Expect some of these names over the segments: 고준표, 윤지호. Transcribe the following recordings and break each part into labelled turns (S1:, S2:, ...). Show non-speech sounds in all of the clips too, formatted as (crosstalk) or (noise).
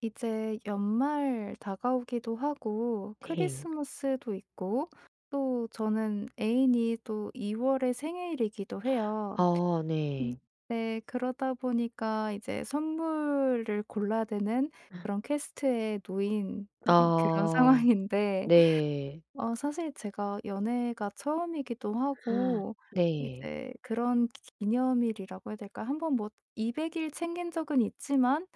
S1: 이제 연말 다가오기도 하고
S2: 네.
S1: 크리스마스도 있고 또 저는 애인이 또 2월 월에 생일이기도 해요.
S2: 아
S1: 음.
S2: 네.
S1: 네, 그러다 보니까 이제 선물을 골라야 되는 그런 퀘스트에 놓인 그런 (laughs)
S2: 아
S1: 상황인데
S2: 네.
S1: 사실 제가 연애가 처음이기도 하고
S2: 네.
S1: 이제 그런 기념일이라고 해야 될까? 한번뭐 200일 챙긴 적은 있지만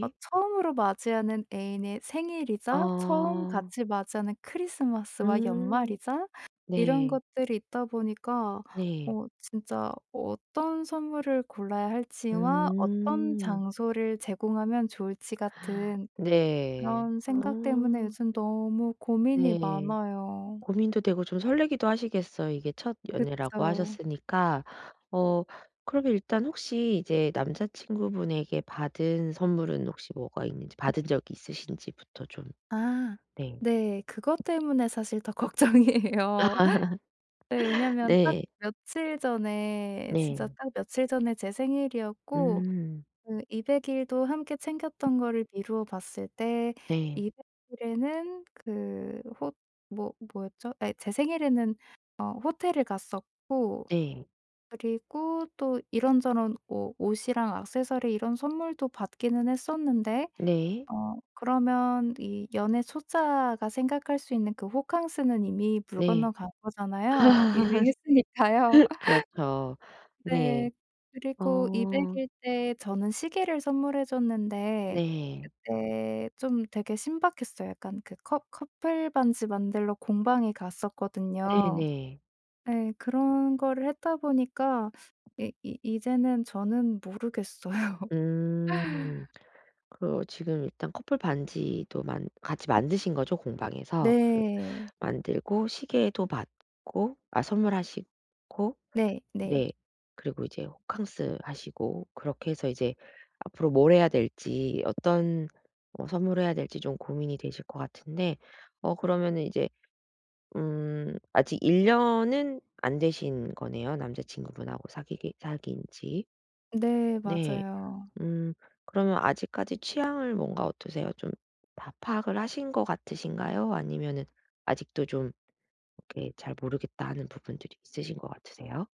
S1: 처음으로 맞이하는 애인의 생일이자 처음
S2: 아.
S1: 같이 맞이하는 크리스마스와
S2: 음.
S1: 연말이자 이런
S2: 네.
S1: 것들이 있다 보니까
S2: 네.
S1: 진짜 어떤 선물을 골라야 할지와 어떤
S2: 음.
S1: 장소를 제공하면 좋을지 같은
S2: 네.
S1: 그런 생각
S2: 아
S1: 때문에 요즘 너무 고민이
S2: 네.
S1: 많아요.
S2: 고민도 되고 좀 설레기도 하시겠어요. 이게 첫 연애라고
S1: 그쵸.
S2: 하셨으니까. 어 그러면 일단 혹시 이제 남자친구분에게 받은 선물은 혹시 뭐가 있는지 받은 적이 있으신지부터 좀.
S1: 아.
S2: 네.
S1: 네. 그것 때문에 사실 더 (laughs) 걱정이에요.
S2: (laughs)
S1: 네. 왜냐면 딱
S2: 네.
S1: 며칠 전에
S2: 네.
S1: 진짜 딱 며칠 전에 제 생일이었고
S2: 음.
S1: 그 200일 일도 함께 챙겼던 거를 미루어 봤을 때
S2: 네.
S1: 200일 일에는 그 호 뭐 뭐였죠? 예, 제 생일에는 호텔을 갔었고
S2: 네.
S1: 그리고 또 이런저런 옷, 옷이랑 액세서리 이런 선물도 받기는 했었는데
S2: 네.
S1: 그러면 이 연애 초짜가 생각할 수 있는 그 호캉스는 이미 물
S2: 네.
S1: 건너간
S2: (laughs)
S1: 거잖아요.
S2: 아.
S1: 이미 했으니까요. (laughs)
S2: 그렇죠. 네.
S1: 네. 그리고 200
S2: 어.
S1: 일 때 저는 시계를 선물해 줬는데
S2: 네.
S1: 그때 좀 되게 신박했어요. 약간 그 커 커플 반지 만들러 공방에 갔었거든요.
S2: 네네.
S1: 네. 그런 거를 했다 보니까 이 이 이제는 저는 모르겠어요. (laughs)
S2: 음. 그 지금 일단 커플 반지도 만 같이 만드신 거죠? 공방에서. 그
S1: 네.
S2: 만들고 시계도 받고 아 선물하시고.
S1: 네, 네.
S2: 네. 그리고 이제 호캉스 하시고 그렇게 해서 이제 앞으로 뭘 해야 될지 어떤 어 선물해야 될지 좀 고민이 되실 것 같은데. 어 그러면은 이제 아직 1 년은 안 되신 거네요, 남자친구분하고 사귀기 사귄 지.
S1: 네,
S2: 네.
S1: 맞아요.
S2: 음 그러면 아직까지 취향을 뭔가 어떠세요? 좀 다 파악을 하신 것 같으신가요? 아니면은 아직도 좀 이렇게 '잘 모르겠다.' 하는 부분들이 있으신 것 같으세요?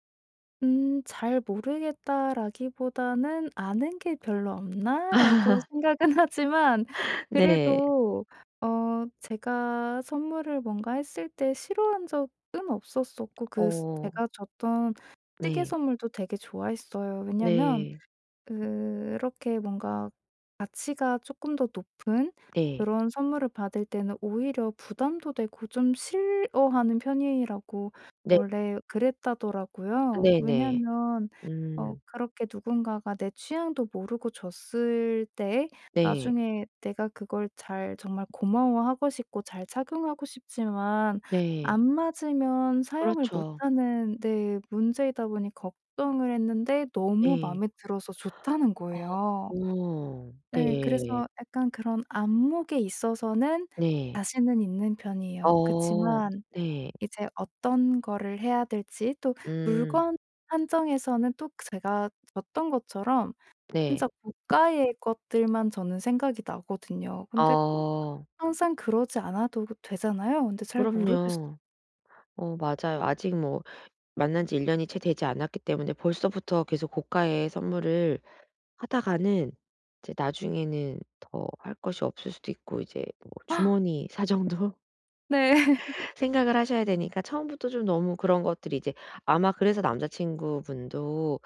S1: 음, '잘 모르겠다.'라기보다는 '아는 게 별로 없나?'라고
S2: (laughs)
S1: 생각은 (laughs) 하지만
S2: 네.
S1: 그래도 제가 선물을 뭔가 했을 때 싫어한 적은 없었었고 그 스
S2: 어.
S1: 제가 줬던 시계
S2: 네.
S1: 선물도 되게 좋아했어요. 왜냐면
S2: 네.
S1: 그렇게 뭔가 가치가 조금 더 높은
S2: 네.
S1: 그런 선물을 받을 때는 오히려 부담도 되고 좀 싫어하는 편이라고
S2: 네.
S1: 원래 그랬다더라고요.
S2: 네네.
S1: 왜냐면
S2: 음.
S1: 그렇게 누군가가 내 취향도 모르고 줬을 때
S2: 네.
S1: 나중에 내가 그걸 잘 정말 고마워하고 싶고 잘 착용하고 싶지만
S2: 네.
S1: 안 맞으면 사용을
S2: 그렇죠.
S1: 못하는 네 문제이다 보니 걱정을 했는데 너무
S2: 네.
S1: 마음에 들어서 좋다는
S2: 어.
S1: 거예요.
S2: 어.
S1: 네,
S2: 네.
S1: 그래서 약간 그런 안목에 있어서는
S2: 네.
S1: 자신은 있는 편이에요.
S2: 어.
S1: 그치만
S2: 네.
S1: 이제 어떤 거를 해야 될지 또
S2: 음.
S1: 물건 한정에서는 또 그 제가 줬던 것처럼 진짜
S2: 네.
S1: 고가의 것들만 저는 생각이 나거든요. 근데 꼭
S2: 어.
S1: 항상 그러지 않아도 되잖아요. 근데 잘 모르겠어요.
S2: 그럼요. 어 맞아요. 아직 뭐 만난 지 1 년이 채 되지 않았기 때문에 벌써부터 계속 고가의 선물을 하다가는 이제 나중에는 더 할 것이 없을 수도 있고 이제 뭐 주머니 사정도
S1: 네. (laughs)
S2: 생각을 하셔야 되니까 처음부터 좀 너무 그런 것들이 이제 아마 그래서 남자 친구분도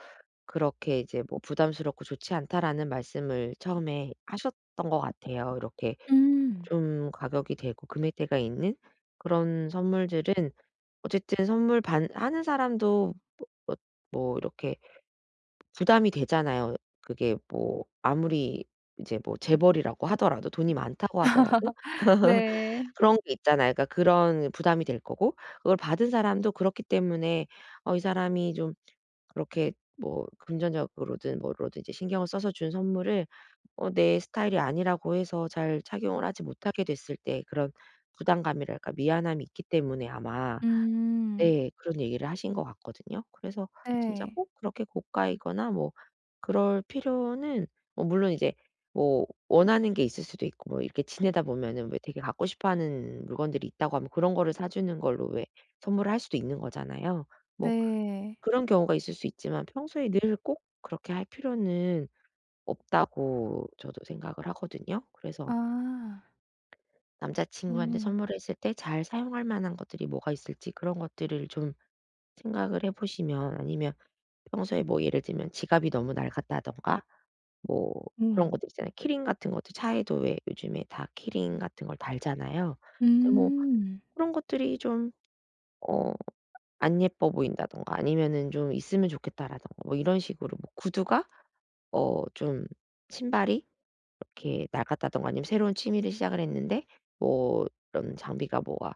S2: 그렇게 이제 뭐 "부담스럽고 좋지 않다."라는 말씀을 처음에 하셨던 것 같아요. 이렇게
S1: 음.
S2: 좀 가격이 되고 금액대가 있는 그런 선물들은 어쨌든 선물 반 하는 사람도 뭐 뭐 이렇게 부담이 되잖아요. 그게 뭐 아무리 이제 뭐 재벌이라고 하더라도 돈이 많다고 하더라도
S1: 네.
S2: 그런 게 있잖아요. 그러니까 그런 부담이 될 거고 그걸 받은 사람도 그렇기 때문에 어 이 사람이 좀 그렇게 뭐 금전적으로든 뭐로든 이제 신경을 써서 준 선물을 어 내 스타일이 아니라고 해서 잘 착용을 하지 못하게 됐을 때 그런 부담감이랄까 미안함이 있기 때문에 아마.
S1: 음.
S2: 네. 그런 얘기를 하신 것 같거든요. 그래서 진짜
S1: 네.
S2: 꼭 그렇게 고가이거나 뭐 그럴 필요는 뭐 물론 이제 뭐 원하는 게 있을 수도 있고 뭐 이렇게 지내다 보면은 왜 되게 갖고 싶어 하는 물건들이 있다고 하면 그런 거를 사 주는 걸로 왜 선물을 할 수도 있는 거잖아요. 뭐
S1: 네.
S2: 그런 경우가 있을 수 있지만 평소에 늘 꼭 그렇게 할 필요는 없다고 저도 생각을 하거든요. 그래서
S1: 아.
S2: 남자 친구한테
S1: 음.
S2: 선물했을 때 잘 사용할 만한 것들이 뭐가 있을지 그런 것들을 좀 생각을 해 보시면 아니면 평소에 뭐 예를 들면 지갑이 너무 낡았다든가 뭐 그런
S1: 음.
S2: 것들 있잖아요. 키링 같은 것도 차에도 왜 요즘에 다 키링 같은 걸 달잖아요. 근데 뭐
S1: 음.
S2: 그런 것들이 좀 어 안 예뻐 보인다든가 아니면은 '좀 있으면 좋겠다.'라든가 뭐 이런 식으로 뭐 구두가 어 좀 신발이 이렇게 낡았다든가 아니면 새로운 취미를 시작을 했는데 뭐 이런 장비가 뭐가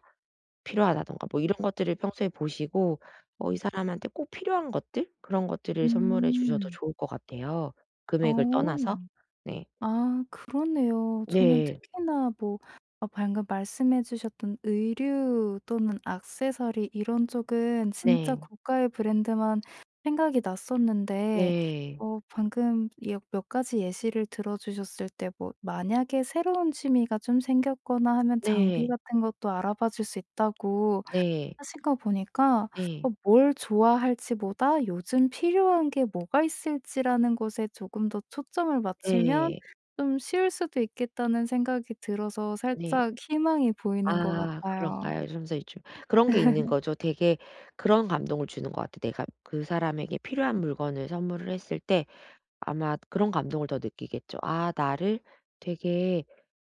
S2: 필요하다든가 뭐 이런 것들을 평소에 보시고 어 이 사람한테 꼭 필요한 것들 그런 것들을 선물해 주셔도
S1: 음.
S2: 좋을 것 같아요,
S1: 어.
S2: 금액을 떠나서. 네.
S1: 아, 그러네요. 저는
S2: 네.
S1: 특히나 뭐 아, 방금 말씀해 주셨던 의류 또는 액세서리 이런 쪽은 진짜
S2: 네.
S1: 고가의 브랜드만 생각이 났었는데
S2: 네.
S1: 어 방금 예 몇 가지 예시를 들어 주셨을 때 뭐 만약에 새로운 취미가 좀 생겼거나 하면 장비
S2: 네.
S1: 같은 것도 알아봐 줄 수 있다고
S2: 네.
S1: 하신 거 보니까
S2: 네.
S1: 뭘 좋아할지보다 요즘 필요한 게 뭐가 있을지라는 것에 조금 더 초점을 맞추면
S2: 네.
S1: 좀 쉬울 수도 있겠다는 생각이 들어서
S2: 네.
S1: 살짝 희망이 보이는 것
S2: 아
S1: 같아요.
S2: 그런가요? 섬세이출. 그런 게 있는 거죠. 되게 그런 감동을 주는 것 같아요. 내가 그 사람에게 필요한 물건을 선물을 했을 때 아마 그런 감동을 더 느끼겠죠. '아 나를 되게'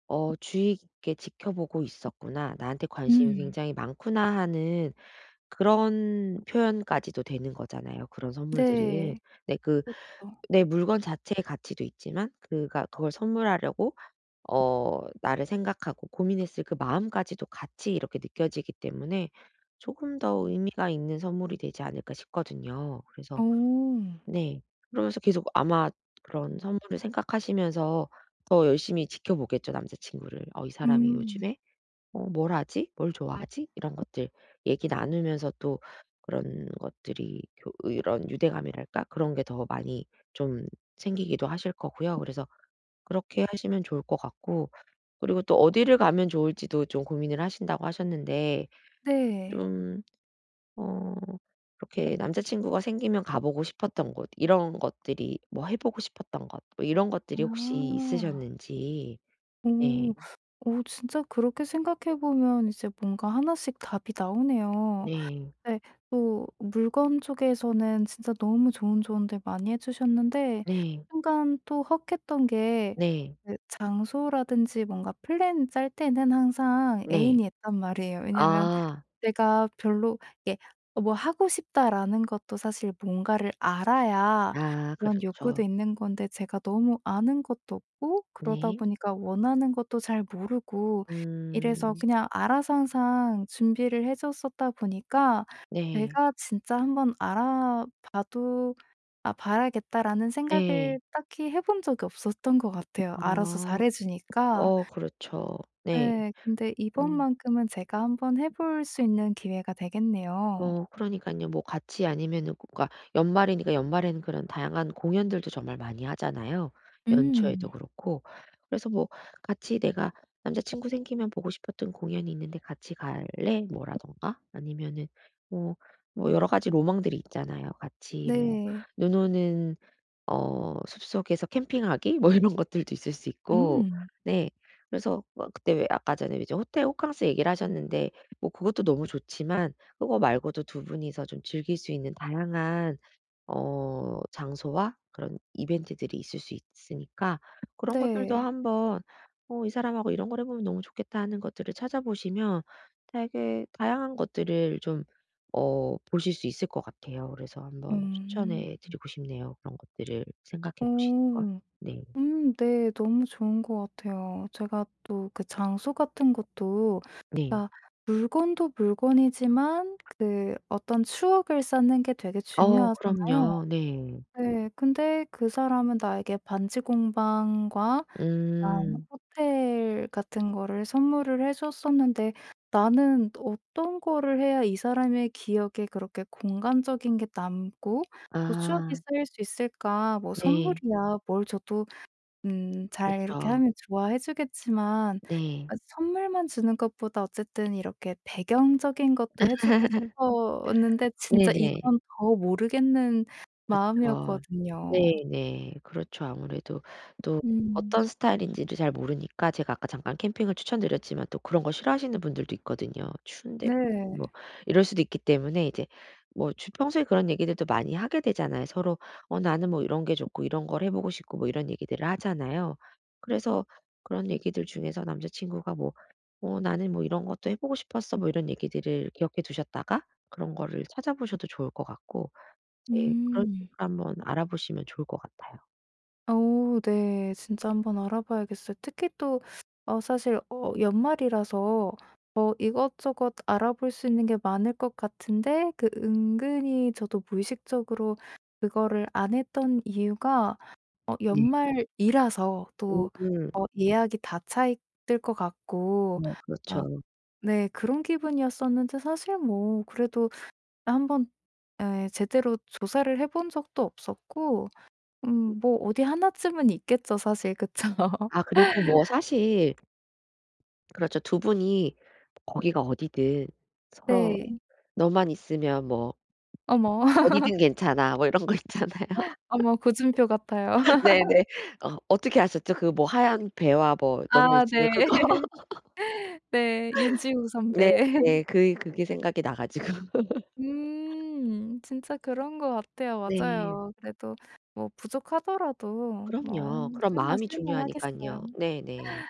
S2: 어 '주의 깊게 지켜보고 있었구나. 나한테 관심이
S1: 음.
S2: 굉장히 많구나.' 하는 그런 표현까지도 되는 거잖아요 그런 선물들은.
S1: 네.
S2: 네 그
S1: 그렇죠.
S2: 내 물건 자체의 가치도 있지만 그가 그걸 선물하려고 어 나를 생각하고 고민했을 그 마음까지도 같이 이렇게 느껴지기 때문에 조금 더 의미가 있는 선물이 되지 않을까 싶거든요. 그래서.
S1: 오.
S2: 네. 그러면서 계속 아마 그런 선물을 생각하시면서 더 열심히 지켜보겠죠 남자친구를. '어 이 사람이
S1: 음.
S2: 요즘에 어 뭘 하지? 뭘 좋아하지?' 이런 것들 얘기 나누면서 또 그런 것들이 교 이런 유대감이랄까? 그런 게 더 많이 좀 생기기도 하실 거고요. 그래서 그렇게 하시면 좋을 것 같고 그리고 또 어디를 가면 좋을지도 좀 고민을 하신다고 하셨는데
S1: 네.
S2: 좀 어 이렇게 남자친구가 생기면 가보고 싶었던 곳 이런 것들이 뭐 해 보고 싶었던 것 뭐 이런 것들이 혹시
S1: 아.
S2: 있으셨는지. 네.
S1: 오. 오, 진짜 그렇게 생각해 보면 이제 뭔가 하나씩 답이 나오네요.
S2: 네.
S1: 네. 또 물건 쪽에서는 진짜 너무 좋은 조언들 많이 해 주셨는데
S2: 네.
S1: 순간 또 헉했던 게
S2: 네.
S1: 그 장소라든지 뭔가 플랜 짤 때는 항상
S2: 네.
S1: 애인이 있단 말이에요. 왜냐면
S2: 아.
S1: 내가 별로 이게 어 뭐 하고 싶다라는 것도 사실 뭔가를 알아야
S2: 아
S1: 그런 욕구도
S2: 그렇죠.
S1: 있는 건데 제가 너무 아는 것도 없고 그러다
S2: 네.
S1: 보니까 원하는 것도 잘 모르고 이래서
S2: 음.
S1: 그냥 알아서 항상 준비를 해 줬었다 보니까
S2: 네.
S1: 제가 진짜 한번 알아봐도 '아 봐야겠다.'라는 생각을
S2: 네.
S1: 딱히 해본 적이 없었던 것 같아요, 알아서
S2: 아.
S1: 잘해 주니까.
S2: 어 그렇죠. 네.
S1: 네. 근데
S2: 음.
S1: 이번만큼은 제가 한번 해볼 수 있는 기회가 되겠네요.
S2: 어 그러니까요 뭐 같이 아니면은 꼭 그러니까 연말이니까 연말에는 그런 다양한 공연들도 정말 많이 하잖아요, 연초에도
S1: 음.
S2: 그렇고. 그래서 뭐 같이 내가 남자친구 생기면 보고 싶었던 공연이 있는데 "같이 갈래?" 뭐라던가 아니면은 뭐 뭐 여러 가지 로망들이 있잖아요. 같이 뭐
S1: 네.
S2: 눈 오는 어 숲속에서 캠핑하기 뭐 이런 것들도 있을 수 있고.
S1: 음.
S2: 네. 그래서 뭐 그때 왜 아까 전에 이제 호텔 호캉스 얘기를 하셨는데 뭐 그것도 너무 좋지만 그거 말고도 두 분이서 좀 즐길 수 있는 다양한 어 장소와 그런 이벤트들이 있을 수 있으니까 그런 것들도
S1: 네.
S2: 한번 '어 이 사람하고 이런 걸 해 보면 너무 좋겠다.' 하는 것들을 찾아보시면 되게 다양한 것들을 좀 어 보실 수 있을 것 같아요. 그래서 한번
S1: 음.
S2: 추천해 드리고 싶네요. 그런 것들을 생각해
S1: 어.
S2: 보시는 걸. 네.
S1: 음, 네. 너무 좋은 것 같아요. 제가 또 그 장소 같은 것도
S2: 네.
S1: 그러니까 물건도 물건이지만 그 어떤 추억을 쌓는 게 되게
S2: 어
S1: 중요하잖아요.
S2: 그럼요. 네.
S1: 네. 근데 그 사람은 나에게 반지 공방과 약간
S2: 음.
S1: 호텔 같은 거를 선물을 해 줬었는데 나는 어떤 거를 해야 이 사람의 기억에 그렇게 공간적인 게 남고 또 추억이
S2: 아.
S1: 쌓일 수 있을까? 뭐
S2: 네.
S1: 선물이야 뭘 줘도
S2: 그
S1: 잘 이렇게
S2: 죠
S1: 하면 좋아해 주겠지만
S2: 네.
S1: 아 선물만 주는 것보다 어쨌든 이렇게 배경적인 것도 해 주고
S2: (laughs)
S1: 싶었는데 진짜
S2: 네네.
S1: 이건 더 모르겠는
S2: 그쵸.
S1: 마음이었거든요.
S2: 네네. 그렇죠. 아무래도 또
S1: 음.
S2: 어떤 스타일인지를 잘 모르니까 제가 아까 잠깐 캠핑을 추천드렸지만 또 그런 거 싫어하시는 분들도 있거든요. 추운데
S1: 네.
S2: 무슨 뭐 이럴 수도 있기 때문에 이제 뭐 주 평소에 그런 얘기들도 많이 하게 되잖아요. 서로 "어 나는 뭐 이런 게 좋고 이런 걸 해 보고 싶고." 뭐 이런 얘기들을 하잖아요. 그래서 그런 얘기들 중에서 남자 친구가 뭐 "어 나는 뭐 이런 것도 해 보고 싶었어." 뭐 이런 얘기들을 기억해 두셨다가 그런 거를 찾아보셔도 좋을 것 같고. 네. 그런
S1: 음.
S2: 식으로 한번 알아보시면 좋을 것 같아요.
S1: 오, 네. 진짜 한번 알아봐야겠어요. 특히 또 어 사실 어 연말이라서 이것저것 알아볼 수 있는 게 많을 것 같은데 그 은근히 저도 무의식적으로 그거를 안 했던 이유가 어
S2: 네.
S1: 연말이라서 또
S2: 음.
S1: 예약이 다 차 있을 것 같고
S2: 뭐
S1: 아,
S2: 그렇죠.
S1: 네 그런 기분이었었는데 사실 뭐 그래도 한번 에, 제대로 조사를 해본 적도 없었고 뭐 어디 하나쯤은 있겠죠, 사실. 그쵸? (laughs)
S2: 아 그리고 뭐 사실 그렇죠. 두 분이 거기가 어디든 서로
S1: 네.
S2: "너만 있으면 뭐
S1: 어머,
S2: 어디든 괜찮아." 뭐 이런 거 있잖아요.
S1: 어머, 고준표 같아요.
S2: (laughs)
S1: (laughs)
S2: 네네. 어 어떻게 아셨죠? 그 뭐 하얀 배와 뭐 너만
S1: 아,
S2: 있으면 그거.
S1: 네.
S2: (laughs)
S1: 네. 윤지호 선배.
S2: 네네.
S1: (laughs)
S2: 그 그게 생각이 나 가지고. (laughs)
S1: 진짜 그런 것 같아요.
S2: 네.
S1: 맞아요. 그래도 뭐 부족하더라도 뭐
S2: 그럼요. 그런
S1: 설마
S2: 마음이
S1: 실망하겠어요.
S2: 중요하니깐요. 네네.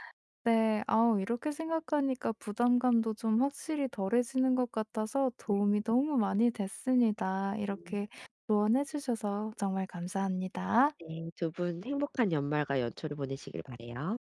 S1: 네. 아우, 이렇게 생각하니까 부담감도 좀 확실히 덜해지는 것 같아서 도움이 너무 많이 됐습니다.
S2: 음.
S1: 이렇게 조언해 주셔서 정말 감사합니다.
S2: 네. 두 분 행복한 연말과 연초를 보내시길 바라요.